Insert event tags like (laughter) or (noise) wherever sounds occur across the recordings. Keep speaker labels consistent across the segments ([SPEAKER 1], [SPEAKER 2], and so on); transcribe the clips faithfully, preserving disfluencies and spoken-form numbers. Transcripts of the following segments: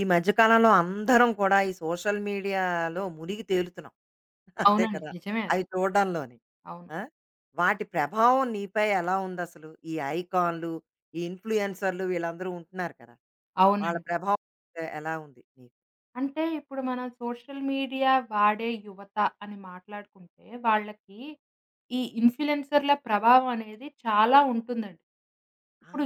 [SPEAKER 1] ఈ మధ్య కాలంలో అందరం కూడా ఈ సోషల్ మీడియాలో మునిగి తేలుతున్నాం. (laughs) అదే
[SPEAKER 2] అవునండి.
[SPEAKER 1] కదా!
[SPEAKER 2] నిజమే అది.
[SPEAKER 1] అవి చూడడంలోని.
[SPEAKER 2] అవును.
[SPEAKER 1] ఆ! వాటి ప్రభావం నీపై ఎలా ఉందసలు? ఈ ఐకాన్‌లు, ఈ ఇన్‌ఫ్లుయెన్సర్‌లు వీళ్ళందరూ ఉంటున్నారు కదా! వాళ్ళ
[SPEAKER 2] అవునండి.
[SPEAKER 1] ప్రభావం ఎ ఎలా ఉంది నీకు?
[SPEAKER 2] అంటే ఇప్పుడు మనం సోషల్ మీడియా వాడే యువత అని మాట్లాడుకుంటే, వాళ్ళకి ఈ ఇన్‌ఫ్లుయెన్సర్‌ల ప్రభావం అనేది చాలా ఉంటుందండి.
[SPEAKER 1] ఆ!
[SPEAKER 2] ఇప్పుడు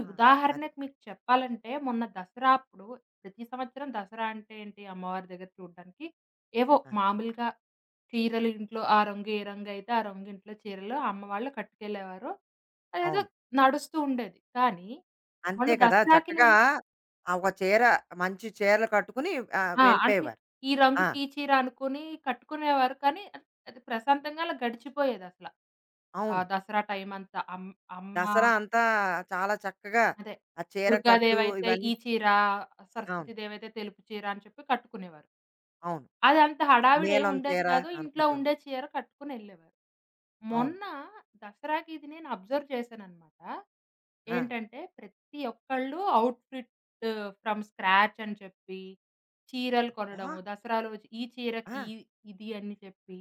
[SPEAKER 1] అది.
[SPEAKER 2] ఉదాహరణకు మీకు చెప్పాలంటే, మొన్న దసరా అప్పుడు ప్రతి సంవత్సరం దసరా అంటే ఏంటి, అమ్మవారి దగ్గర చూడడానికి ఏవో
[SPEAKER 1] ఆ!
[SPEAKER 2] మామూలుగా చీరలు ఇంట్లో ఆ రంగు ఏ రంగు అయితే ఆ రంగు ఇంట్లో చీరలు అమ్మవాళ్ళు కట్టుకెళ్ళేవారు. అదేదో
[SPEAKER 1] అవును.
[SPEAKER 2] నడుస్తూ ఉండేది. కానీ
[SPEAKER 1] అంతే
[SPEAKER 2] మొన్న
[SPEAKER 1] కదా!
[SPEAKER 2] దసరాకి
[SPEAKER 1] చక్కగా
[SPEAKER 2] నేను
[SPEAKER 1] ఆ ఒక చీర మంచి చీరలు కట్టుకుని ఆహ్,
[SPEAKER 2] ఆ! అంటే
[SPEAKER 1] వెళ్ళిపోయేవారు.
[SPEAKER 2] ఈ
[SPEAKER 1] ఆ!
[SPEAKER 2] రంగుకి ఈ చీర అనుకుని కట్టుకునేవారు. కానీ అది ప్రశాంతంగా అలా గడిచిపోయేదసల. ఆ
[SPEAKER 1] అవును.
[SPEAKER 2] దసరా టైమంతా అమ్ అమ్మ
[SPEAKER 1] దసరా అంతా చాలా చక్కగా
[SPEAKER 2] అదే.
[SPEAKER 1] ఆ చీర కట్టు
[SPEAKER 2] దుర్గాదేవయితే
[SPEAKER 1] ఇవన్నీ
[SPEAKER 2] ఈ చీర,
[SPEAKER 1] అవును.
[SPEAKER 2] సరస్వతి దేవయితే తెలుపు చీర అని చెప్పి కట్టుకునేవారు.
[SPEAKER 1] అవును.
[SPEAKER 2] అదంత హడావిడి ఏమి
[SPEAKER 1] నీలం
[SPEAKER 2] ఉండేది
[SPEAKER 1] చీర
[SPEAKER 2] కాదు. ఇంట్లో
[SPEAKER 1] అనుకుంటున్నా.
[SPEAKER 2] ఉండే చీర కట్టుకొనెళ్ళేవారు.
[SPEAKER 1] అవును.
[SPEAKER 2] మొన్న దసరాకి ఇది నేను అబ్జర్వ్ చేశాననమాట.
[SPEAKER 1] ఆ!
[SPEAKER 2] ఏంటంటే ప్రతి ఒక్కళ్ళు అవుట్‌ఫిట్ ఫ్రమ్ స్క్రాచ్ అని చెప్పి, చీరలు
[SPEAKER 1] ఆ!
[SPEAKER 2] కొనడము, దసరాలో వచ్చి ఈ చీరకి
[SPEAKER 1] ఆ!
[SPEAKER 2] ఈ ఇది అని చెప్పి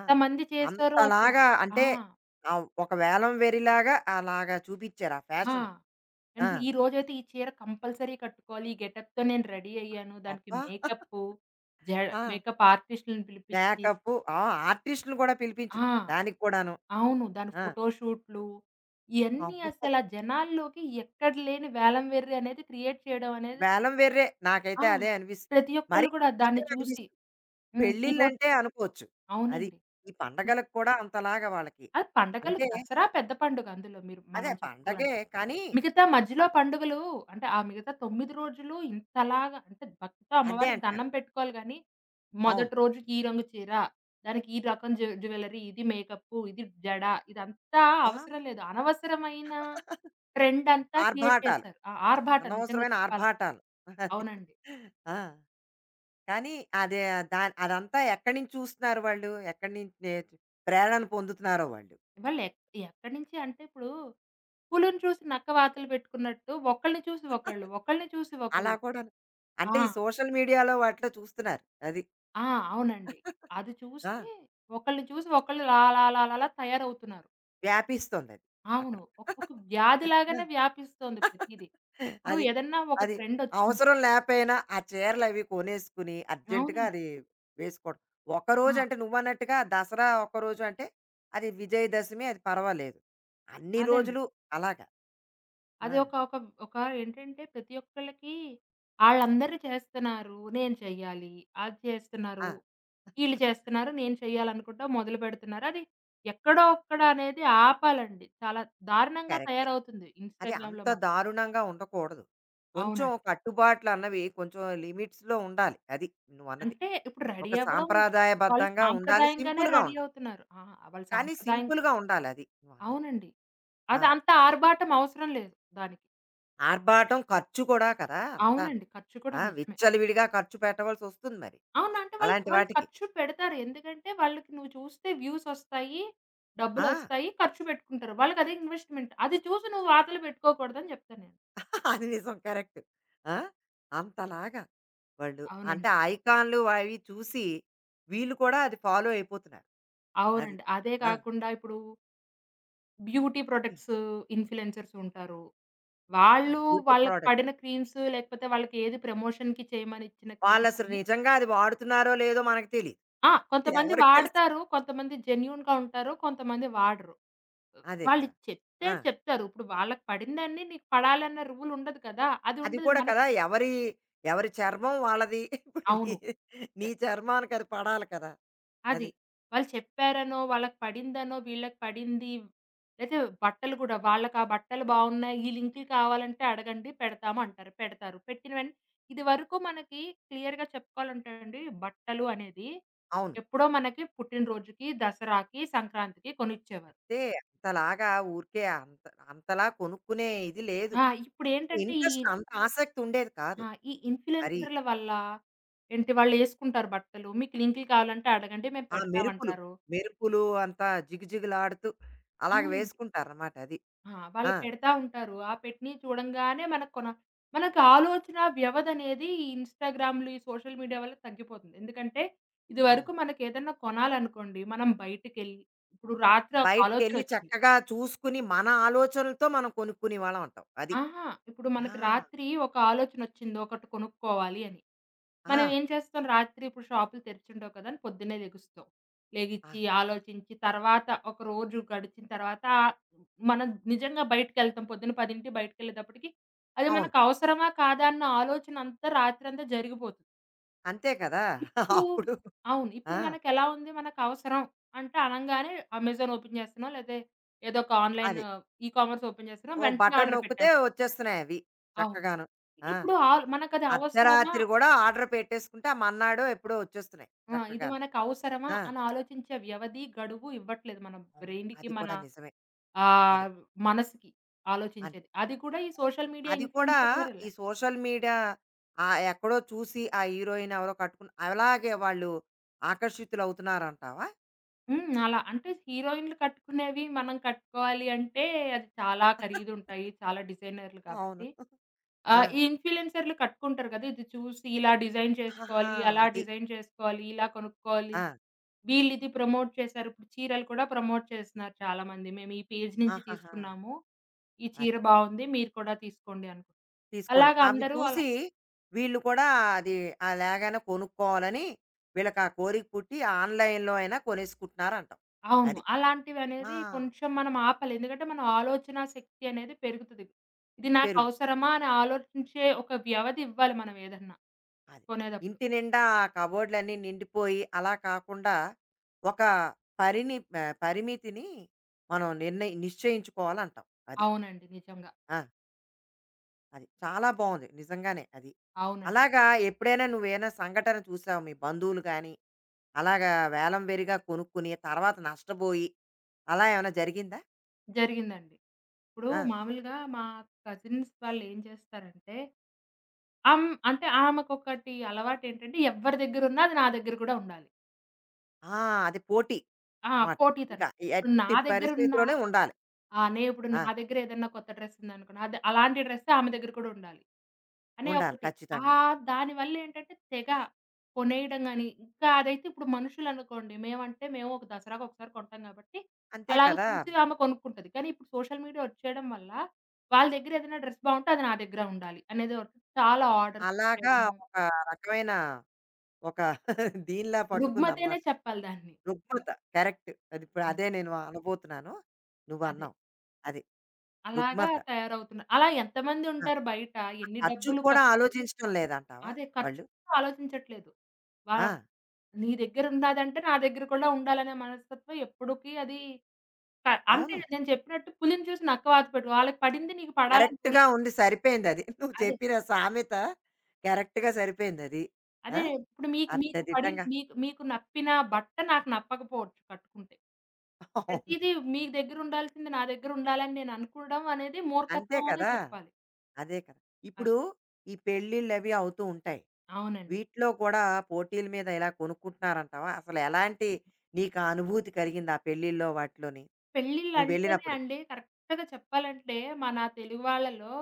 [SPEAKER 1] ఆ!
[SPEAKER 2] చేశారో అసల.
[SPEAKER 1] అంతలాగా
[SPEAKER 2] ఆ!
[SPEAKER 1] అంటే ఆహ్, ఒక వేలం వెరిలాగా అలాగా చూపిచ్చారు ఆ
[SPEAKER 2] ఆ!
[SPEAKER 1] ఫ్యాషను. ఆ!
[SPEAKER 2] అంటే ఈ రోజైతే ఈ చీర కంపల్సరీ కట్టుకోవాలి. ఈ గెటప్‌తో నేను రెడీ అయ్యాను. దానికి
[SPEAKER 1] అబ్బా! (laughs)
[SPEAKER 2] మేకప్పు, జ
[SPEAKER 1] ఆ!
[SPEAKER 2] మేకప్ ఆర్టిస్ట్‌లని పిలిపించి.
[SPEAKER 1] మేకప్పు ఆ! ఆర్టిస్ట్‌ని గూడా పిలిపించడం.
[SPEAKER 2] ఆ!
[SPEAKER 1] దానికి కూడాను.
[SPEAKER 2] అవును. దాని
[SPEAKER 1] ఆ!
[SPEAKER 2] ఫోటోషూట్లు ఇయన్నీ
[SPEAKER 1] అబ్బో!
[SPEAKER 2] అసలా జనాల్లోకి ఎక్కడ లేని వేలం వెర్రి అనేది క్రియేట్ చేయడం అనేది.
[SPEAKER 1] వేలం వెర్రే.
[SPEAKER 2] ఆ!
[SPEAKER 1] నాకైతే అదే అనిపిస్తుంది.
[SPEAKER 2] ప్రతి
[SPEAKER 1] మరీ
[SPEAKER 2] ఒక్కళ్ళు కూడా దాన్ని
[SPEAKER 1] ప్రతీకగా
[SPEAKER 2] చూసి.
[SPEAKER 1] అనిపిస్తుంది.
[SPEAKER 2] హ్మ్. ఈరోజు
[SPEAKER 1] పెళ్ళిళ్ళంటే అనుకోవచ్చు. అది.
[SPEAKER 2] అవునండి.
[SPEAKER 1] ఈ
[SPEAKER 2] ఇ
[SPEAKER 1] పండగలకు కూడా అంతలాగా వాళ్ళకి.
[SPEAKER 2] అది పండగలు,
[SPEAKER 1] అంటే
[SPEAKER 2] దసరా పెద్ద పండుగ అందులో మీరు
[SPEAKER 1] అదే
[SPEAKER 2] మనం
[SPEAKER 1] పండగే
[SPEAKER 2] చెప్పుకోవాలంటే.
[SPEAKER 1] కానీ
[SPEAKER 2] మిగతా మధ్యలో
[SPEAKER 1] అన్
[SPEAKER 2] పండుగలు అంటే, ఆ మిగతా తొమ్మిది రోజులు ఇంతలాగా అంటే భక్తితో
[SPEAKER 1] అదే
[SPEAKER 2] అమ్మవారికి
[SPEAKER 1] అంటున్నాను.
[SPEAKER 2] దండం పెట్టుకోవాలి గానీ,
[SPEAKER 1] అవును.
[SPEAKER 2] మొదటి రోజుకి ఈ రంగు చీర, దానికి ఈ రకం జ్యు జ్యువెలరీ, ఇది మేకప్పు, ఇది జడ, ఇదంతా
[SPEAKER 1] అబ్బా!
[SPEAKER 2] అవసరం లేదు. అనవసరమైన ట్రెండ్ అంతా క్రియేట్
[SPEAKER 1] ఆర్భాటాలు.
[SPEAKER 2] చేశారు. ఆ ఆర్భాటం నిజంగా
[SPEAKER 1] అనవసరమైన
[SPEAKER 2] చెప్పాలంటే.
[SPEAKER 1] ఆర్భాటాలు. అది.
[SPEAKER 2] అవునండి.
[SPEAKER 1] ఆ! కానీ అదే దా అదంతా ఎక్కడి నుంచి చూస్తున్నారు వాళ్ళు? ఎక్కడి నుంచి నే ప్రేరణ పొందుతున్నారో వాళ్ళు.
[SPEAKER 2] వాళ్ళు ఎక్ ఎక్కడి నుంచి అంటే ఇప్పుడు పులిని చూసి నక్క వాతలు పెట్టుకున్నట్టు ఒకళ్ళని చూసి ఒకళ్ళు,
[SPEAKER 1] (laughs)
[SPEAKER 2] ఒకళ్ళని చూసి
[SPEAKER 1] అలా
[SPEAKER 2] ఒకళ్ళు.
[SPEAKER 1] కూడాను. అంటే
[SPEAKER 2] ఆ!
[SPEAKER 1] ఈ సోషల్ మీడియాలో వాటిలో చూస్తున్నారు. అది.
[SPEAKER 2] ఆ! అవునండి.
[SPEAKER 1] (laughs)
[SPEAKER 2] అది
[SPEAKER 1] ఆ!
[SPEAKER 2] చూసి ఒకళ్ళని చూసి ఒకళ్ళు లా లా లా లా లా తయారవుతున్నారు.
[SPEAKER 1] వ్యాపిస్తోందది అక్కడ.
[SPEAKER 2] అవును. ఒక ఒక వ్యాధి
[SPEAKER 1] ఆ!
[SPEAKER 2] లాగానే వ్యాపిస్తోంది ప్రతీదీ. ఇప్పుడు
[SPEAKER 1] అది.
[SPEAKER 2] ఏదన్నా ఒక
[SPEAKER 1] అది
[SPEAKER 2] ట్రెండొచ్చింది.
[SPEAKER 1] అవసరం లేపోయినా ఆ చీరలవి కొనేసుకొని అర్జెంట్‌గా
[SPEAKER 2] అవునండి.
[SPEAKER 1] అది వేసుకోవడం.
[SPEAKER 2] ఆ!
[SPEAKER 1] ఒకరోజంటే నువ్వన్నట్టుగా దసరా ఒకరోజు అంటే అది విజయదశమి అది పర్వాలేదు. అన్ని
[SPEAKER 2] అదండి.
[SPEAKER 1] రోజులు అలాగా. ఆ!
[SPEAKER 2] అది ఒక ఒక ఒక ఏంటంటే ప్రతి ఒక్కళ్ళకి, ఆళ్ళందరూ చేస్తున్నారు, నేను చెయ్యాలి, అది చేస్తున్నారు,
[SPEAKER 1] ఆ!
[SPEAKER 2] ఈళ్ళు చేస్తున్నారు, నేను చెయ్యాలనుకుంటా మొదలుపెడుతున్నారు. అది ఎక్కడో అక్కడ అనేది ఆపాలండి. చాలా దారుణంగా
[SPEAKER 1] కరెక్టే.
[SPEAKER 2] తయారవుతుంది
[SPEAKER 1] అది
[SPEAKER 2] ఇన్‌స్టాగ్రామ్‌లో
[SPEAKER 1] అంత
[SPEAKER 2] మాత్రం.
[SPEAKER 1] దారుణంగా ఉండకూడదు. కొంచెం
[SPEAKER 2] అవునండి.
[SPEAKER 1] కట్టుబాట్లన్నవి కొంచెం లిమిట్స్‌లో ఉండాలి. అది నువ్వన్నది.
[SPEAKER 2] అంటే ఇప్పుడు
[SPEAKER 1] ఒక
[SPEAKER 2] రెడీ అవ్వడం వాళ్ళు
[SPEAKER 1] సాంప్రదాయబద్ధంగా ఉండాలి.
[SPEAKER 2] సాంప్రదాయంగానే
[SPEAKER 1] సింపుల్‌గా
[SPEAKER 2] రెడీ
[SPEAKER 1] ఉండాలి.
[SPEAKER 2] అవుతున్నారు. ఆ! వాళ్ళు
[SPEAKER 1] కానీ
[SPEAKER 2] సాంప్రదాయం.
[SPEAKER 1] సింపుల్‌గా ఉండాలది నువ్వన్నది.
[SPEAKER 2] అవునండి.
[SPEAKER 1] ఆ!
[SPEAKER 2] అది అంత ఆర్భాటం అవసరం లేదు దానికి.
[SPEAKER 1] ఆర్భాటం ఖర్చు కూడా కదా! అంతాను.
[SPEAKER 2] అవునండి. ఖర్చు కూడా
[SPEAKER 1] ఆ!
[SPEAKER 2] నిజమే.
[SPEAKER 1] విచ్చలవిడిగా ఖర్చు పెట్టవలసొస్తుంది మరి.
[SPEAKER 2] అవును. అంటే వాళ్ళు
[SPEAKER 1] అలాంటి
[SPEAKER 2] వాళ్ళు
[SPEAKER 1] వాటికి.
[SPEAKER 2] ఖర్చు పెడతారు. ఎందుకంటే వాళ్ళకి నువ్వు చూస్తే వ్యూస్ ఒస్తాయి,
[SPEAKER 1] ఆ!
[SPEAKER 2] డబ్బులొస్తాయి, ఖర్చు పెట్టుకుంటారు. వాళ్ళకి అదే ఇన్వెస్ట్‌మెంట్. అది చూసి నువ్వు వాతలు పెట్టుకోకూడదని చెప్తాను నేను.
[SPEAKER 1] (laughs) అది నిజం కరెక్ట్. ఆ! అంతలాగా వాళ్ళు
[SPEAKER 2] అవునండి.
[SPEAKER 1] అంటే ఐకాన్‌లు అవి చూసి వీళ్ళు కూడా అది ఫాలో అయిపోతున్నారు. అది.
[SPEAKER 2] అవునండి. అదే
[SPEAKER 1] ఆ!
[SPEAKER 2] కాకుండా ఇప్పుడు బ్యూటీ ప్రొడక్ట్స్ ఇన్‌ఫ్లుయెన్సర్స్ ఉంటారు.
[SPEAKER 1] ఆ!
[SPEAKER 2] వాళ్ళు
[SPEAKER 1] బ్యూటీ
[SPEAKER 2] వాళ్ళకి
[SPEAKER 1] ప్రొడక్ట్స్.
[SPEAKER 2] పడిన క్రీమ్స్, లేకపోతే వాళ్ళకి ఏది ప్రమోషన్‌కి చేయమని ఇచ్చిన క్రీమ్స్
[SPEAKER 1] వాళ్ళసలు
[SPEAKER 2] అన్నీ.
[SPEAKER 1] నిజంగా అది వాడుతున్నారో లేదో మనకు తెలీదు.
[SPEAKER 2] ఆ! కొంతమంది
[SPEAKER 1] ఎవరికి తెలుసు?
[SPEAKER 2] వాడతారు, కొంతమంది జెన్యూన్‌గా ఉంటారు, కొంతమంది వాడరు.
[SPEAKER 1] అదే
[SPEAKER 2] వాళ్ళు
[SPEAKER 1] కదా!
[SPEAKER 2] చెప్తే
[SPEAKER 1] ఆ!
[SPEAKER 2] చెప్తారు. ఇప్పుడు వాళ్ళకి పడిందాన్ని నీకు పడాలన్న రూల్ ఉండదు కదా! అది
[SPEAKER 1] అది
[SPEAKER 2] ఉండదు
[SPEAKER 1] కూడా
[SPEAKER 2] మనకు.
[SPEAKER 1] కదా! ఎవరి ఎవరి చర్మం వాళ్ళది. (laughs) ఇప్పుడు నీ
[SPEAKER 2] అవును.
[SPEAKER 1] నీ చర్మానికి అది పడాలి కదా!
[SPEAKER 2] అది.
[SPEAKER 1] అది.
[SPEAKER 2] వాళ్ళు చెప్పారనో, వాళ్ళకి పడిందనో, వీళ్ళకి పడింది. అయితే బట్టలు కూడా, వాళ్ళకి ఆ బట్టలు బాగున్నాయి, ఈ లింకులు కావాలంటే అడగండి పెడతాము అంటారు. పెడతారు. పెట్టిన వెంటనే ఇదివరకు మనకి క్లియర్‌గా చెప్పుకోవాలంటే అండి, బట్టలు అనేది
[SPEAKER 1] అవును.
[SPEAKER 2] ఎప్పుడో మనకి పుట్టినరోజుకి, దసరాకి, సంక్రాంతికి కొనిచ్చేవారు.
[SPEAKER 1] అంతే అంతలాగా ఊరికే అంత అంతలా కొనుక్కునే ఇది లేదు.
[SPEAKER 2] ఆ! ఇప్పుడేంటంటే ఈ.
[SPEAKER 1] ఇంట్రెస్ట్ అంత ఆసక్తి ఉండేది కాదు.
[SPEAKER 2] ఆ! ఈ
[SPEAKER 1] మరి
[SPEAKER 2] ఇన్‌ఫ్లుయెన్సర్‌ల వల్ల ఏంటి వాళ్ళేసుకుంటారు బట్టలు. మీకు లింకులు కావాలంటే అడగండి మేము
[SPEAKER 1] ఆ మెరుపులు,
[SPEAKER 2] పెడతామంటారు.
[SPEAKER 1] మెరుపులు అంతా జిగజిగలాడుతూ అలాగ
[SPEAKER 2] అవునండి.
[SPEAKER 1] వేసుకుంటారనమాట అది.
[SPEAKER 2] ఆ! వాళ్ళు
[SPEAKER 1] ఆ!
[SPEAKER 2] పెడతా ఉంటారు. ఆ పెట్టినయి చూడంగానే మనకు కొన మనకు ఆలోచన వ్యవధనేది ఈ ఇన్‌స్టాగ్రామ్‌లు, ఈ సోషల్ మీడియా వల్ల తగ్గిపోతుంది. ఎందుకంటే, ఇదివరకు
[SPEAKER 1] అవును.
[SPEAKER 2] మనకేదన్నా కొనాలనుకోండి, మనం బయటికెళ్ళి ఇప్పుడు రాత్రి ఒక
[SPEAKER 1] బయటికెళ్ళి
[SPEAKER 2] ఆలోచనొచ్చింది.
[SPEAKER 1] చక్కగా చూసుకుని మన ఆలోచనలతో మనం కొనుక్కునేవాళ్ళం అంటావు. అది.
[SPEAKER 2] ఆహా! ఇప్పుడు
[SPEAKER 1] ఆ!
[SPEAKER 2] మనకి రాత్రి ఒక ఆలోచనొచ్చింది ఒకటి కొనుక్కోవాలి అని.
[SPEAKER 1] ఆ!
[SPEAKER 2] మనం ఏం చేస్తాం, రాత్రి ఇప్పుడు షాపులు తెరిచుండవు కదా! అని పొద్దున్నే లెగుస్తాం.
[SPEAKER 1] ఆ!
[SPEAKER 2] లెగిచ్చి, ఆలోచించి, తర్వాత ఒక రోజు గడిచిన తర్వాత మనం నిజంగా బయటికెళ్తాం. పొద్దున్న పదికి బయటికెళ్ళేటప్పటికి అది
[SPEAKER 1] అవును.
[SPEAKER 2] మనకు అవసరమా? కాదా? అన్న ఆలోచన అంతా రాత్రంతా జరిగిపోతుంది.
[SPEAKER 1] అంతే కదా! (laughs)
[SPEAKER 2] ఇప్పుడు
[SPEAKER 1] అప్పుడు
[SPEAKER 2] అవును.
[SPEAKER 1] ఆ!
[SPEAKER 2] ఇప్పుడు మనకెలా ఉంది, మనకు అవసరం అంటే అనంగానే అమెజాన్ ఓపెన్ చేస్తున్నాం. లేతే ఏదో ఒక ఆన్‌లైన్
[SPEAKER 1] అది.
[SPEAKER 2] ఈ కామర్స్ ఓపెన్ చేస్తున్నాం.
[SPEAKER 1] ఓ
[SPEAKER 2] వెంటనే
[SPEAKER 1] బటన్
[SPEAKER 2] ఆర్డర్
[SPEAKER 1] నొక్కితే
[SPEAKER 2] పెట్టేస్తున్నాం.
[SPEAKER 1] వచ్చేస్తున్నాయి అవి
[SPEAKER 2] అవును.
[SPEAKER 1] చక్కగాను. ఆ!
[SPEAKER 2] ఇప్పుడు ఆల్ మనకది అవసరమా?
[SPEAKER 1] అర్ధరాత్రి గూడా ఆర్డర్ పెట్టేసుకుంటే ఆ మర్నాడో ఎప్పుడో వచ్చేస్తున్నాయి
[SPEAKER 2] ఆ! ఇది
[SPEAKER 1] చక్కగాను.
[SPEAKER 2] మనకవసరమా
[SPEAKER 1] ఆ!
[SPEAKER 2] అని ఆలోచించే వ్యవధి, గడువు ఇవ్వట్లేదు మన
[SPEAKER 1] అవును.
[SPEAKER 2] బ్రెయిన్‌కి,
[SPEAKER 1] అది
[SPEAKER 2] మన
[SPEAKER 1] కూడా నిజమే. అది.
[SPEAKER 2] ఆహ్, మనసుకి
[SPEAKER 1] అంతే.
[SPEAKER 2] ఆలోచించేది. అది కూడా ఈ సోషల్ మీడియా
[SPEAKER 1] అది కూడా
[SPEAKER 2] ఇన్‌ఫ్లుయెన్సర్ వల్ల.
[SPEAKER 1] ఈ సోషల్ మీడియా ఆహ్, ఎక్కడో చూసి ఆ హీరోయిన్ ఎవరో కట్టుకున్న అలాగే వాళ్ళు ఆకర్షితులవుతున్నారంటావా?
[SPEAKER 2] హ్మ్. అలా అంటే హీరోయిన్‌లు కట్టుకునేవి మనం కట్టుకోవాలి అంటే అది చాలా ఖరీదుంటాయి, చాలా డిజైనర్‌లు
[SPEAKER 1] అవును.
[SPEAKER 2] కాబట్టి.
[SPEAKER 1] ఆ!
[SPEAKER 2] ఆహ్, ఈ ఇన్‌ఫ్లుయెన్సర్‌లు కట్టుకుంటారు కదా! ఇది చూసి ఇలా డిజైన్
[SPEAKER 1] ఆహాహా!
[SPEAKER 2] చేసుకోవాలి, అలా
[SPEAKER 1] అది.
[SPEAKER 2] డిజైన్ చేసుకోవాలి, ఇలా కొనుక్కోవాలి
[SPEAKER 1] ఆ!
[SPEAKER 2] వీళ్ళిది ప్రమోట్ చేశారు. ఇప్పుడు చీరలు కూడా ప్రమోట్ చేస్తున్నారు చాలామంది. మేము ఈ పేజ్ నుంచి
[SPEAKER 1] ఆహాహా!
[SPEAKER 2] తీసుకున్నాము. ఈ
[SPEAKER 1] అది.
[SPEAKER 2] చీర బావుంది, మీరు కూడా తీసుకోండి అనుకుని.
[SPEAKER 1] తీసుకోండి.
[SPEAKER 2] అలాగా
[SPEAKER 1] అవి
[SPEAKER 2] అందరూ అలా.
[SPEAKER 1] చూసి వీళ్ళు కూడా అది ఆ లేగానే కొనుక్కోవాలని వీళ్ళకి ఆ కోరిక పుట్టి ఆన్‌లైన్‌లో అయినా కొనేసుకుంటున్నారంటావు.
[SPEAKER 2] అవును.
[SPEAKER 1] అది. ఆ!
[SPEAKER 2] అలాంటివనేది కొంచెం మనం ఆపాలి. ఎందుకంటే మన ఆలోచన శక్తి అనేది పెరుగుతది. ఇది
[SPEAKER 1] పెరుగుతుంది.
[SPEAKER 2] నాకవసరమా అని ఆలోచించే ఒక వ్యవధి ఇవ్వాలి మనం ఏదన్నా
[SPEAKER 1] అది.
[SPEAKER 2] కొనేటప్పుడు.
[SPEAKER 1] ఇంటి నిండా ఆ కబోర్డ్‌లన్నీ నిండిపోయి అలా కాకుండా ఒక పరిని ఆహ్, పరిమితిని మనం నిర్ణయి నిశ్చయించుకోవాలంటావు. అది.
[SPEAKER 2] అవునండి. నిజంగా.
[SPEAKER 1] ఆ! అది. చాలా బావుంది నిజంగానే అది.
[SPEAKER 2] అవునండి.
[SPEAKER 1] అలాగా ఎప్పుడైనా నువ్వేమైనా సంఘటన చూసావా? మీ బంధువులు గాని అలాగా వేలం వెరిగా కొనుక్కుని తర్వాత నష్టపోయి అలా ఏమైనా జరిగిందా?
[SPEAKER 2] జరిగిందండి. ఇప్పుడు
[SPEAKER 1] ఆ!
[SPEAKER 2] మామూలుగా మా కజిన్స్ వాళ్ళేం చేస్తారంటే అం అంటే ఆమెకొకటి అలవాటేంటంటే ఎవ్వరి దగ్గరున్నా అది నా దగ్గర గూడా ఉండాలి.
[SPEAKER 1] ఆ! అది పోటీ
[SPEAKER 2] ఆ!
[SPEAKER 1] మాట. ఇంకా
[SPEAKER 2] పోటీతనం. ఇప్పుడు నా
[SPEAKER 1] ఎట్టి
[SPEAKER 2] దగ్గరున్న
[SPEAKER 1] పరిస్థితిలోనే ఉండాలి.
[SPEAKER 2] ఆ! నే ఇప్పుడు
[SPEAKER 1] ఆ!
[SPEAKER 2] నా దగ్గర ఏదన్నా కొత్త డ్రెస్ ఉందనుకోండి. అది అలాంటి డ్రెస్సే ఆమె దగ్గర కూడా ఉండాలి అనే
[SPEAKER 1] ఉండాలి
[SPEAKER 2] ఒకటి.
[SPEAKER 1] ఖచ్చితంగాను.
[SPEAKER 2] ఆహ్, దానివల్లేంటంటే తెగ కొనేయడం గాని, ఇంకా అదైతే, ఇప్పుడు మనుషులనుకోండి, మేమంటే మేము ఒక దసరాకొకసారి కొంటాం గాబట్టి,
[SPEAKER 1] అంతే
[SPEAKER 2] అలాగ
[SPEAKER 1] కదా!
[SPEAKER 2] చూసి ఆమె కొనుక్కుంటది. కానీ ఇప్పుడు సోషల్ మీడియా వచ్చేయడం వల్ల వాళ్ళ దగ్గర ఏదైనా డ్రెస్ బావుంటే అది నా దగ్గర ఉండాలి అనేది ఒకటి. చాలా ఆర్డర్స్
[SPEAKER 1] అలాగా
[SPEAKER 2] పెట్టేయడము.
[SPEAKER 1] ఒక రకమైన ఒక (laughs) దీనిలా
[SPEAKER 2] రుగ్మతేనే
[SPEAKER 1] పట్టుకుందనమాట.
[SPEAKER 2] చెప్పాలి దాన్ని.
[SPEAKER 1] రుగ్మత. కరెక్ట్. అది ఇప్పుడు
[SPEAKER 2] ఆ!
[SPEAKER 1] అదే నేను అనబోతున్నాను.
[SPEAKER 2] అదే.
[SPEAKER 1] నువ్వన్నావు. అది
[SPEAKER 2] అలాగా
[SPEAKER 1] రుగ్మత.
[SPEAKER 2] తయారవుతున్నారు. అలా
[SPEAKER 1] ఆ!
[SPEAKER 2] ఎంతమందుంటారు బయట? ఎన్ని
[SPEAKER 1] ఖర్చుకు
[SPEAKER 2] డబ్బులు
[SPEAKER 1] కూడా
[SPEAKER 2] ఖర్చు.
[SPEAKER 1] ఆలోచించడం లేదంటావా
[SPEAKER 2] అదే ఖర్చు
[SPEAKER 1] వాళ్ళు?
[SPEAKER 2] ఆలోచించట్లేదు. వా
[SPEAKER 1] ఆ!
[SPEAKER 2] నీ దగ్గరున్నాదంటే నా దగ్గర కూడా ఉండాలనే మనస్తత్వం ఎప్పుడుకి అది క అంతే.
[SPEAKER 1] అవును.
[SPEAKER 2] నేను చెప్పినట్టు పులిని చూసి నక్క వాత పెట్టు. వాళ్ళకి పడింది నీకు పడాలని రూల్
[SPEAKER 1] కరెక్ట్‌గా
[SPEAKER 2] లేదు.
[SPEAKER 1] ఉంది. సరిపోయిందది. నువ్వు
[SPEAKER 2] అదే.
[SPEAKER 1] చెప్పిన సామెత కరెక్ట్‌గా సరిపోయిందది. ఆ!
[SPEAKER 2] అదే ఇప్పుడు మీకు మీకు పడి,
[SPEAKER 1] అర్థదిద్దంగా
[SPEAKER 2] మీకు మీకు నప్పిన బట్ట నాకు నప్పకపోవచ్చు కట్టుకుంటే.
[SPEAKER 1] అవును.
[SPEAKER 2] ప్రతీదీ మీ దగ్గరుండాల్సింది నా దగ్గరుండాలని నేను అనుకోవడం అనేది
[SPEAKER 1] అంతే
[SPEAKER 2] మూర్ఖత్వం అనే
[SPEAKER 1] కదా!
[SPEAKER 2] చెప్పాలి.
[SPEAKER 1] అదే కదా!
[SPEAKER 2] అది.
[SPEAKER 1] ఇప్పుడు ఈ పెళ్ళిళ్ళవి అవుతూ ఉంటాయి.
[SPEAKER 2] అవునండి.
[SPEAKER 1] వీటిలో కూడా పోటీల మీద ఇలా కొనుక్కుంటున్నారంటావా? అసలు ఎలాంటి నీకా అనుభూతి కలిగింది ఆ పెళ్ళిల్లో వాటిలోని?
[SPEAKER 2] పెళ్ళిళ్ళంటేనే
[SPEAKER 1] నువ్వెళ్ళినప్పుడు?
[SPEAKER 2] అండి కరెక్ట్‌గా చెప్పాలంటే మన తెలుగు వాళ్ళలో,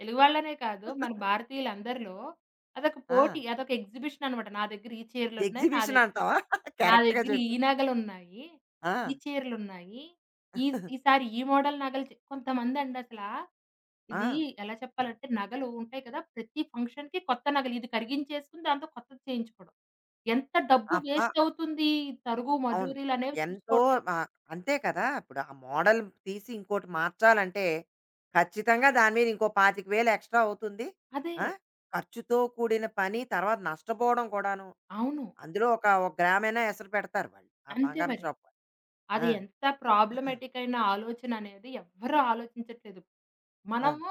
[SPEAKER 2] తెలుగు వాళ్ళనే కాదు మన భారతీయులందరిలో అదొక
[SPEAKER 1] ఆ!
[SPEAKER 2] పోటీ, అదొక ఎగ్జిబిషన్ అనమాట. నా దగ్గర ఈ చీరలున్నాయి, నా
[SPEAKER 1] ఎగ్జిబిషన్
[SPEAKER 2] దగ్గర
[SPEAKER 1] అంటావా? (laughs)
[SPEAKER 2] నా
[SPEAKER 1] కరెక్ట్‌గా
[SPEAKER 2] దగ్గర ఈ
[SPEAKER 1] చెప్పావు.
[SPEAKER 2] నగలున్నాయి,
[SPEAKER 1] ఆ!
[SPEAKER 2] ఈ చీరలున్నాయి. ఈ ఈసారి ఈ మోడల్ నగలు చే కొంతమందండి అసలా ఇది
[SPEAKER 1] ఆ!
[SPEAKER 2] ఎలా చెప్పాలంటే నగలు ఉంటాయి కదా! ప్రతి ఫంక్షన్‌కి కొత్త నగలు, ఇది కరిగించేసుకొని దాంతో కొత్తది చేయించుకోవడం. ఎంత డబ్బు
[SPEAKER 1] అబ్బా!
[SPEAKER 2] వేస్ట్ అవుతుంది. ఈ తరుగు,
[SPEAKER 1] అవును.
[SPEAKER 2] మజూరీలనేవి
[SPEAKER 1] ఎంతో
[SPEAKER 2] చూసుకోవట్లేదు.
[SPEAKER 1] ఆహ్, అంతే కదా! ఇప్పుడు ఆ మోడల్ తీసి ఇంకోటి మార్చాలంటే, ఖచ్చితంగా దాని మీద ఇంకో ఇరవై ఐదు వేలు ఎక్స్‌ట్రా అవుతుంది.
[SPEAKER 2] అదే.
[SPEAKER 1] ఆ! ఖర్చుతో కూడిన పని, తర్వాత నష్టపోవడం కూడాను.
[SPEAKER 2] అవును.
[SPEAKER 1] అందులో ఒక, ఒక గ్రామయినా ఎసరు పెడతారు వాళ్ళు. ఆ
[SPEAKER 2] అంతే
[SPEAKER 1] బంగారం
[SPEAKER 2] మరి.
[SPEAKER 1] షాప్ వాళ్ళు. ఆ!
[SPEAKER 2] అది ఎంత ప్రాబ్లమాటిక్ అయిన ఆలోచన అనేది ఎవ్వరు ఆలోచించట్లేదు.
[SPEAKER 1] అవును.
[SPEAKER 2] మనము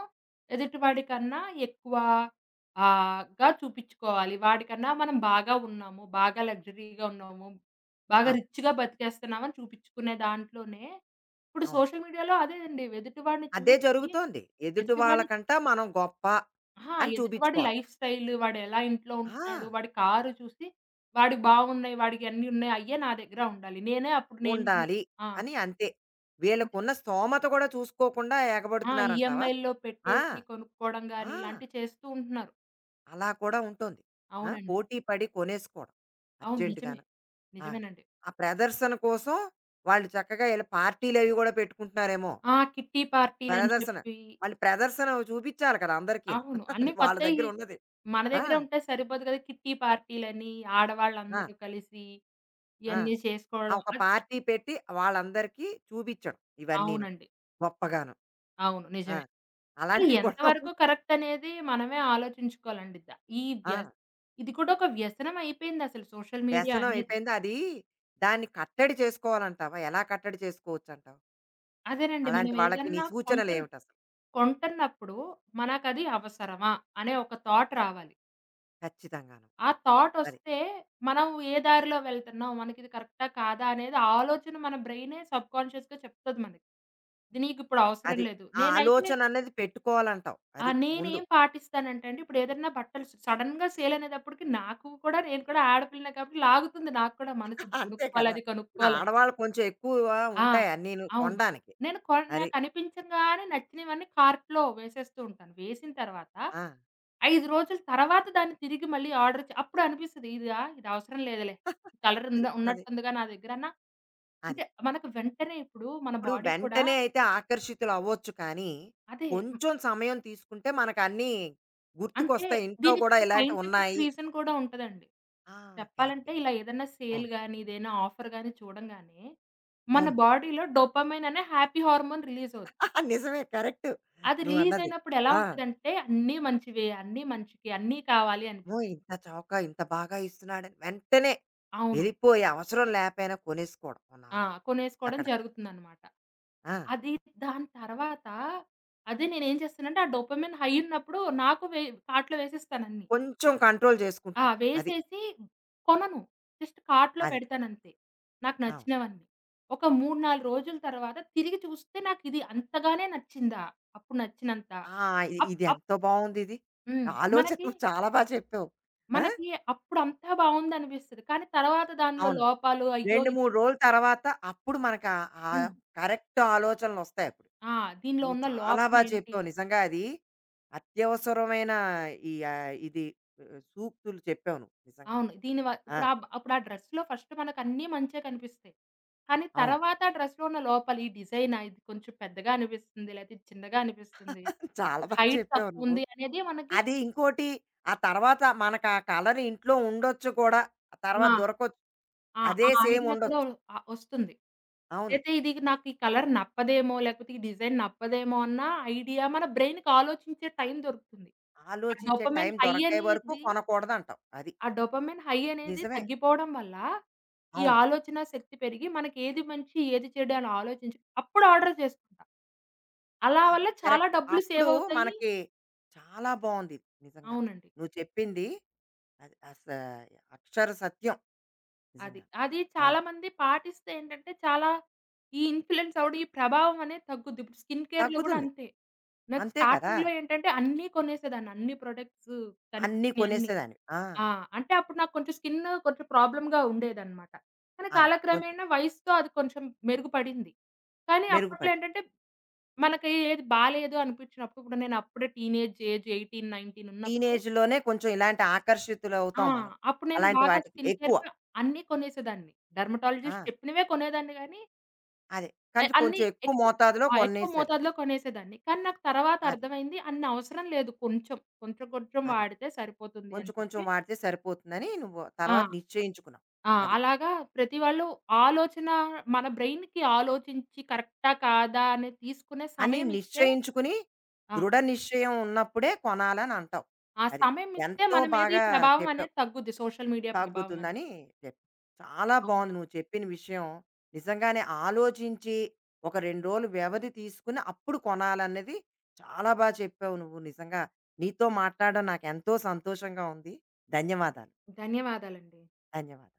[SPEAKER 2] ఎదుటివాడి కన్నా ఎక్కువ ఆహ్, గా చూపించుకోవాలి. వాడికన్నా మనం బాగా ఉన్నాము, బాగా లగ్జరీగా ఉన్నాము, బాగా
[SPEAKER 1] అవును.
[SPEAKER 2] రిచ్‌గా బతికేస్తున్నామని చూపించుకునే దాంట్లోనే ఇప్పుడు
[SPEAKER 1] అవును.
[SPEAKER 2] సోషల్ మీడియాలో అదే అండి. ఎదుటివాడిని
[SPEAKER 1] అదే
[SPEAKER 2] చూసి
[SPEAKER 1] జరుగుతోంది. ఎదుటి
[SPEAKER 2] ఎదుటివాడిని
[SPEAKER 1] వాళ్ళకంట మనం గొప్ప
[SPEAKER 2] అహా!
[SPEAKER 1] అని
[SPEAKER 2] ఎదుటివాడి
[SPEAKER 1] చూపించుకోవాలి.
[SPEAKER 2] లైఫ్ స్టైల్, వాడెలా ఇంట్లో ఉంటున్నాడు,
[SPEAKER 1] ఆ!
[SPEAKER 2] వాడి కారు చూసి వాడికి బాగున్నాయి, వాడికి అన్నీ ఉన్నాయి, అయ్యే నా దగ్గర ఉండాలి. నేనే అప్పుడు నేను (laughs) నే
[SPEAKER 1] ఉండాలి
[SPEAKER 2] ఆ!
[SPEAKER 1] అని అంతే.
[SPEAKER 2] అదే.
[SPEAKER 1] వీళ్ళకున్న స్తోమత కూడా చూసుకోకుండా
[SPEAKER 2] ఆ!
[SPEAKER 1] ఎగబడుతున్నారంటావా?
[SPEAKER 2] ఈఎంఐల్లో
[SPEAKER 1] ఆ!
[SPEAKER 2] పెట్టేసి కొనుక్కోవడం
[SPEAKER 1] ఆ!
[SPEAKER 2] గాని ఇలాంటివి చేస్తూ ఉంటున్నారు.
[SPEAKER 1] అలా కూడా ఉంటుంది. ఆ!
[SPEAKER 2] అవునండి.
[SPEAKER 1] పోటీ పడి కొనేసుకోవడం
[SPEAKER 2] అవును. నిజమే.
[SPEAKER 1] అర్జెంట్‌గాను. ఆ!
[SPEAKER 2] నిజమేనండి.
[SPEAKER 1] ఆ ప్రదర్శన కోసం వాళ్ళు చక్కగా ఇలా పార్టీలవి గూడా పెట్టుకుంటున్నారేమో!
[SPEAKER 2] ఆ! కిట్టి పార్టీలని
[SPEAKER 1] ప్రదర్శన.
[SPEAKER 2] చెప్పి.
[SPEAKER 1] మళ్ళీ ప్రదర్శన చూపిచ్చాలి కదా! అందరికీను.
[SPEAKER 2] అవును.
[SPEAKER 1] (laughs) అది
[SPEAKER 2] అన్నీ
[SPEAKER 1] వాళ్ళ దగ్గర
[SPEAKER 2] కొత్తయి
[SPEAKER 1] ఉన్నది.
[SPEAKER 2] మన
[SPEAKER 1] ఆ!
[SPEAKER 2] దగ్గర ఉంటే సరిపోదు కదా! కిట్టి పార్టీలని
[SPEAKER 1] ఆ!
[SPEAKER 2] ఆడవాళ్ళందరూ కలిసి
[SPEAKER 1] ఆ!
[SPEAKER 2] ఇయన్నీ
[SPEAKER 1] ఆ
[SPEAKER 2] చేసుకోవడం.
[SPEAKER 1] ఒక
[SPEAKER 2] అన్
[SPEAKER 1] పార్టీ పెట్టి వాళ్ళందరికీ చూపిచ్చడం ఇవన్నీను.
[SPEAKER 2] అవునండి.
[SPEAKER 1] గొప్పగాను.
[SPEAKER 2] అవును.
[SPEAKER 1] ఆ!
[SPEAKER 2] నిజమే. అది
[SPEAKER 1] అలాంటివి కూడా
[SPEAKER 2] ఎంతవరకు
[SPEAKER 1] ఉన్నాయి.
[SPEAKER 2] కరెక్ట్ అనేది మనమే ఆలోచించుకోవాలండి. ద ఈ
[SPEAKER 1] ఆ!
[SPEAKER 2] వ్యస్ ఇది కూడా ఒక వ్యసనం అయిపోయిందసలు సోషల్ మీడియా
[SPEAKER 1] వ్యసనం
[SPEAKER 2] అనేది.
[SPEAKER 1] అయిపోయింది. అది దాన్ని కట్టడి చేసుకోవాలంటావా? ఎలా కట్టడి చేసుకోవచ్చంటావు?
[SPEAKER 2] అదేనండి
[SPEAKER 1] అలాంటి
[SPEAKER 2] మనం
[SPEAKER 1] వాళ్ళకి నీ
[SPEAKER 2] ఏదన్నా కొంటున్
[SPEAKER 1] సూచనలేమిటసలు?
[SPEAKER 2] కొంటున్నప్పుడు మనకది అవసరమా? అనే ఒక థాట్ రావాలి.
[SPEAKER 1] ఖచ్చితంగాను.
[SPEAKER 2] ఆ థాట్
[SPEAKER 1] అది.
[SPEAKER 2] ఒస్తే మనం ఏ దారిలో వెళ్తున్నాం? మనకిది కరెక్టా? కాదా? అనేది ఆలోచన మన బ్రెయినే సబ్‌కాన్షియస్‌గా చెప్తది మనకి. ఇది నీకిప్పుడు అవసరం
[SPEAKER 1] అది.
[SPEAKER 2] లేదు.
[SPEAKER 1] ఆ
[SPEAKER 2] నేనైతే
[SPEAKER 1] ఆలోచన అనేది పెట్టుకోవాలంటావు.
[SPEAKER 2] ఆ!
[SPEAKER 1] అది ముందు.
[SPEAKER 2] నేనేం పాటిస్తానంటే అండి, ఇప్పుడేదన్నా బట్టలు స్ సడెన్‌గా సేలనేటప్పటికి నాకు కూడా, నేను కూడా ఆడపిల్లనే కాబట్టి లాగుతుంది నాకు కూడా మనసు,
[SPEAKER 1] (laughs)
[SPEAKER 2] ఇది
[SPEAKER 1] అంతే
[SPEAKER 2] కొనుక్కోవాలి,
[SPEAKER 1] కదా!
[SPEAKER 2] అది
[SPEAKER 1] ఇప్పుడు
[SPEAKER 2] కొనుక్కోవాలని.
[SPEAKER 1] ఆడవాళ్ళు కొంచెం ఎక్కువ
[SPEAKER 2] ఆ!
[SPEAKER 1] ఉంటాయి అన్నీను
[SPEAKER 2] అవును.
[SPEAKER 1] కొనడానికి.
[SPEAKER 2] నేను కొన్
[SPEAKER 1] అది.
[SPEAKER 2] నాకనిపించంగానే నచ్చినవన్నీ కార్ట్‌లో వేసేస్తూ ఉంటాను. వేసిన తర్వాత
[SPEAKER 1] ఆ!
[SPEAKER 2] ఐదు రోజుల తర్వాత దాన్ని తిరిగి మళ్ళీ ఆర్డర్ చే అప్పుడు అనిపిస్తది ఇదా? ఇది అవసరం లేదులే. ఈ కలర్ ఉంద
[SPEAKER 1] (laughs) అది.
[SPEAKER 2] ఉన్నట్టుందిగా నా దగ్గర అన్న.
[SPEAKER 1] అది.
[SPEAKER 2] అంటే మనకు వెంటనే ఇప్పుడు మన
[SPEAKER 1] ఇప్పుడు
[SPEAKER 2] బాడీ కూడా
[SPEAKER 1] వెంటనే అయితే ఆకర్షితులు అవ్వచ్చు కానీ,
[SPEAKER 2] అదే.
[SPEAKER 1] కొంచెం సమయం తీసుకుంటే మనకన్నీ
[SPEAKER 2] అంటే
[SPEAKER 1] గుర్తుకొస్తాయి. ఇంట్లో కూడా
[SPEAKER 2] దీనికొక
[SPEAKER 1] ఇలాంటివి
[SPEAKER 2] సైంటిఫిక్
[SPEAKER 1] ఉన్నాయి.
[SPEAKER 2] రీజన్ కూడా ఉంటదండి.
[SPEAKER 1] ఆ! కరెక్ట్.
[SPEAKER 2] చెప్పాలంటే ఇలా ఏదన్నా సేల్
[SPEAKER 1] అవును.
[SPEAKER 2] గాని, ఏదైనా ఆఫర్ గాని చూడంగానే, మన
[SPEAKER 1] అవును.
[SPEAKER 2] బాడీలో డోపామైన్ అనే హ్యాపీ హార్మోన్ రిలీజ్ అవుద్ది.
[SPEAKER 1] (laughs) నిజమే కరెక్ట్.
[SPEAKER 2] అది రిలీజ్
[SPEAKER 1] నువ్వన్నది.
[SPEAKER 2] అయినప్పుడు ఎలా
[SPEAKER 1] ఆ!
[SPEAKER 2] ఉంటదంటే అన్నీ మంచివే, అన్నీ మంచికే, అన్నీ కావాలి
[SPEAKER 1] అమ్మో!
[SPEAKER 2] అనిపిస్తుంది.
[SPEAKER 1] ఇంత చౌక ఇంత బాగా ఇస్తున్నాడని వెంటనే
[SPEAKER 2] అవును.
[SPEAKER 1] వెళ్ళిపోయి అవసరం లేపోయినా కొనేసుకోవడం ఓ
[SPEAKER 2] ఆ!
[SPEAKER 1] నాలుగు
[SPEAKER 2] కొనేసుకోవడం
[SPEAKER 1] అక్కడ.
[SPEAKER 2] జరుగుతుందనమాట.
[SPEAKER 1] ఆ!
[SPEAKER 2] అది దాని తర్వాత అదే నేనేం చేస్తానంటే ఆ డోపామైన్ హై ఉన్నప్పుడు నాకు వే కార్ట్‌లో వేసేస్తానన్నీ.
[SPEAKER 1] కొంచెం కంట్రోల్
[SPEAKER 2] ఆ!
[SPEAKER 1] చేసుకుంటున్నాం. అది.
[SPEAKER 2] వేసేసి కొనను. జస్ట్ కార్ట్‌లో
[SPEAKER 1] అది.
[SPEAKER 2] పెడతానంతే, నాకు
[SPEAKER 1] అవును.
[SPEAKER 2] నచ్చినవన్నీ. ఒక మూడు, నాలుగు రోజుల తర్వాత తిరిగి చూస్తే నాకిది అంతగానే నచ్చిందా? అప్పుడు నచ్చినంత.
[SPEAKER 1] ఆ! ఇ-
[SPEAKER 2] అప్
[SPEAKER 1] ఇది
[SPEAKER 2] అప్
[SPEAKER 1] ఎంతో బావుందిది.
[SPEAKER 2] హ్మ్.
[SPEAKER 1] ఆలోచన
[SPEAKER 2] మనకి,
[SPEAKER 1] నువ్వు చాలా బా చెప్పావు. ఆ!
[SPEAKER 2] మనకి అప్పుడు అంతా బావుందనిపిస్తది. కానీ తర్వాత దానిలో
[SPEAKER 1] అవును.
[SPEAKER 2] లోపాలు, అయ్యో!
[SPEAKER 1] రెండు,
[SPEAKER 2] ఇది
[SPEAKER 1] మూడు రోజుల తర్వాత అప్పుడు మనకు ఆ ఆహ్,
[SPEAKER 2] హ్మ్.
[SPEAKER 1] కరెక్ట్ ఆలోచనలొస్తాయి అప్పుడు.
[SPEAKER 2] ఆ! దీనిలో
[SPEAKER 1] నువ్వు
[SPEAKER 2] ఉన్న
[SPEAKER 1] చాలా
[SPEAKER 2] లోపం
[SPEAKER 1] బా
[SPEAKER 2] ఏంటి?
[SPEAKER 1] చెప్పావు. నిజంగా అది అత్యవసరమైన ఈ ఆహ్, ఇది ఆహ్, సూక్తులు చెప్పావు నువ్వు నిజంగా.
[SPEAKER 2] అవును. దీని వ
[SPEAKER 1] ఆ!
[SPEAKER 2] ఇప్పుడు ఆబ్ ఇప్పుడు ఆ డ్రెస్‌లో ఫస్ట్ మనకన్నీ మంచే కనిపిస్తాయి. కానీ
[SPEAKER 1] అవును.
[SPEAKER 2] తర్వాత ఆ డ్రెస్‌లో ఉన్న లోపాలు, ఈ డిజైనా? ఇది కొంచెం పెద్దగా అనిపిస్తుంది, లేతే ఇది చిన్నగా అనిపిస్తుంది.
[SPEAKER 1] చాలా బాగా
[SPEAKER 2] హైట్
[SPEAKER 1] చెప్పావు నువ్వు.
[SPEAKER 2] తక్కువుంది అనేది మనకి.
[SPEAKER 1] అది ఇంకోటి ఆ తర్వాత మనకు ఆ కలర్ ఇంట్లో ఉండొచ్చు కూడా. ఆ
[SPEAKER 2] ఆ!
[SPEAKER 1] తర్వాత దొరకొచ్చు.
[SPEAKER 2] ఆ!
[SPEAKER 1] అదే
[SPEAKER 2] ఆ
[SPEAKER 1] సేమ్
[SPEAKER 2] ఐడియా కూడా
[SPEAKER 1] ఉండొచ్చు.
[SPEAKER 2] ఆ! ఒస్తుంది.
[SPEAKER 1] అవును.
[SPEAKER 2] అయితే ఇది నాకు ఈ కలర్ నప్పదేమో, లేకపోతే ఈ డిజైన్ నప్పదేమో అన్న ఐడియా మన బ్రెయిన్‌కి ఆలోచించే టైం దొరుకుతుంది. ఆ
[SPEAKER 1] ఆలోచించే
[SPEAKER 2] డోపమైన్
[SPEAKER 1] టైం
[SPEAKER 2] హై
[SPEAKER 1] దొరికే వరకు
[SPEAKER 2] అనేది
[SPEAKER 1] కొనకూడదంటావు. అది.
[SPEAKER 2] ఆ డోపమైన్ హై అనేది
[SPEAKER 1] నిజమే.
[SPEAKER 2] తగ్గిపోవడం వల్ల, ఈ
[SPEAKER 1] అవును.
[SPEAKER 2] ఆలోచన శక్తి పెరిగి మనకి ఏది మంచి, ఏది చెడు అని ఆలోచించి అప్పుడు ఆర్డర్ చేసుకుంటా. అలా
[SPEAKER 1] అది
[SPEAKER 2] వల్ల చాలా
[SPEAKER 1] కరెక్ట్.
[SPEAKER 2] డబ్బులు
[SPEAKER 1] అప్పుడు
[SPEAKER 2] సేవ్ అవుతాయి.
[SPEAKER 1] మనకి చాలా బావుంది ఇది నిజంగా.
[SPEAKER 2] అవునండి.
[SPEAKER 1] నువ్వు చెప్పింది అది అస అక్షర సత్యం
[SPEAKER 2] అది.
[SPEAKER 1] నిజంగా.
[SPEAKER 2] అది
[SPEAKER 1] ఆ!
[SPEAKER 2] చాలామంది పాటిస్తే ఏంటంటే, చాలా ఈ ఇన్‌ఫ్లూయెన్స్ అవ్వడం, ఈ ప్రభావం అనేది తగ్గుద్ది. ఇప్పుడు స్కిన్ కేర్‌లో గూడా
[SPEAKER 1] తగ్గుతుంది.
[SPEAKER 2] అంతే. నాకు
[SPEAKER 1] అంతే కదా!
[SPEAKER 2] స్టార్టింగ్‌లో ఏంటంటే, అన్నీ కొనేసేదాన్ని. అన్ని ప్రొడక్ట్స్
[SPEAKER 1] అన్నీ
[SPEAKER 2] కనిపించినయి అన్నీ.
[SPEAKER 1] కొనేసేదానివి. ఆ!
[SPEAKER 2] ఆ! అంటే అప్పుడు నాకు కొంచెం స్కిన్ కొంచెం ప్రాబ్లమ్‌గా ఉండేదనమాట. కానీ
[SPEAKER 1] అన్నీ కొంచెం
[SPEAKER 2] కాలక్రమేణా వయసుతో అది కొంచెం మెరుగుపడింది. కానీ అప్పట్లో
[SPEAKER 1] మెరుగుపడి.
[SPEAKER 2] ఏంటంటే, మనకి ఏది బాలేదు అనిపించినప్పుడు, ఇప్పుడు నేను అప్పుడే టీనేజ్ ఏజ్ పద్దెనిమిది, పందొమ్మిది ఉన్నప్పుడు
[SPEAKER 1] టీనేజ్‌లోనే కొంచెం ఇలాంటి
[SPEAKER 2] ఆ!
[SPEAKER 1] ఆకర్షితులవుతాం మనం.
[SPEAKER 2] అప్పుడు నేను
[SPEAKER 1] అలాంటి
[SPEAKER 2] బాగా
[SPEAKER 1] వాటికి
[SPEAKER 2] స్కిన్
[SPEAKER 1] ఎక్కువ.
[SPEAKER 2] కేర్‌గా అన్నీ కొనేసేదాన్ని. డెర్మటాలజిస్ట్
[SPEAKER 1] ఆ!
[SPEAKER 2] చెప్పినవే కొనేదాన్ని గానీ,
[SPEAKER 1] అదే.
[SPEAKER 2] ఎ
[SPEAKER 1] కానీ
[SPEAKER 2] అన్నీ
[SPEAKER 1] కొంచెం ఎక్కువ
[SPEAKER 2] ఎక్కు
[SPEAKER 1] మోతాదులో
[SPEAKER 2] ఆ! ఎక్కువ
[SPEAKER 1] కొనేసేదాన్ని.
[SPEAKER 2] మోతాదులో కొనేసేదాన్ని. కానీ నాకు తర్వాత
[SPEAKER 1] అది.
[SPEAKER 2] అర్థమైంది అన్ని అవసరం లేదు, కొంచెం, కొంచెం కొంచెం
[SPEAKER 1] అది.
[SPEAKER 2] వాడితే సరిపోతుంది అని
[SPEAKER 1] కొంచెం కొంచెం
[SPEAKER 2] చెప్పి.
[SPEAKER 1] వాడితే సరిపోతుందని నువ్వు
[SPEAKER 2] ఆ!
[SPEAKER 1] తర్వాత నిశ్చయించుకున్నావు.
[SPEAKER 2] ఆ!
[SPEAKER 1] అది.
[SPEAKER 2] అలాగా ప్రతి వాళ్ళు ఆలోచన మన బ్రెయిన్‌కి ఆలోచించి కరెక్టా? కాదా? అని తీసుకునే
[SPEAKER 1] అని
[SPEAKER 2] సమయం ఇస్తే
[SPEAKER 1] నిశ్చయించుకుని
[SPEAKER 2] ఆ!
[SPEAKER 1] దృఢ నిశ్చయం ఉన్నప్పుడే కొనాలని అంటావు.
[SPEAKER 2] ఆ
[SPEAKER 1] అది.
[SPEAKER 2] సమయం ఇస్తే
[SPEAKER 1] ఎంతో
[SPEAKER 2] మన మీద ఈ
[SPEAKER 1] బాగా
[SPEAKER 2] ప్రభావం
[SPEAKER 1] చెప్పావు.
[SPEAKER 2] అనేది తగ్గుద్ది. సోషల్ మీడియా ప్రభావం అనేది.
[SPEAKER 1] తగ్గుతుందని చెప్పాను. చాలా
[SPEAKER 2] అవునండి.
[SPEAKER 1] బాగుంది నువ్వు చెప్పిన విషయం. నిజంగానే ఆలోచించి, ఒక రెండు రోజులు వ్యవధి తీసుకొని అప్పుడు కొనాలన్నది చాలా బా చెప్పావు నువ్వు నిజంగా. నీతో మాట్లాడడం నాకెంతో సంతోషంగా ఉంది. ధన్యవాదాలు.
[SPEAKER 2] ధన్యవాదాలండి.
[SPEAKER 1] ధన్యవాదాలు.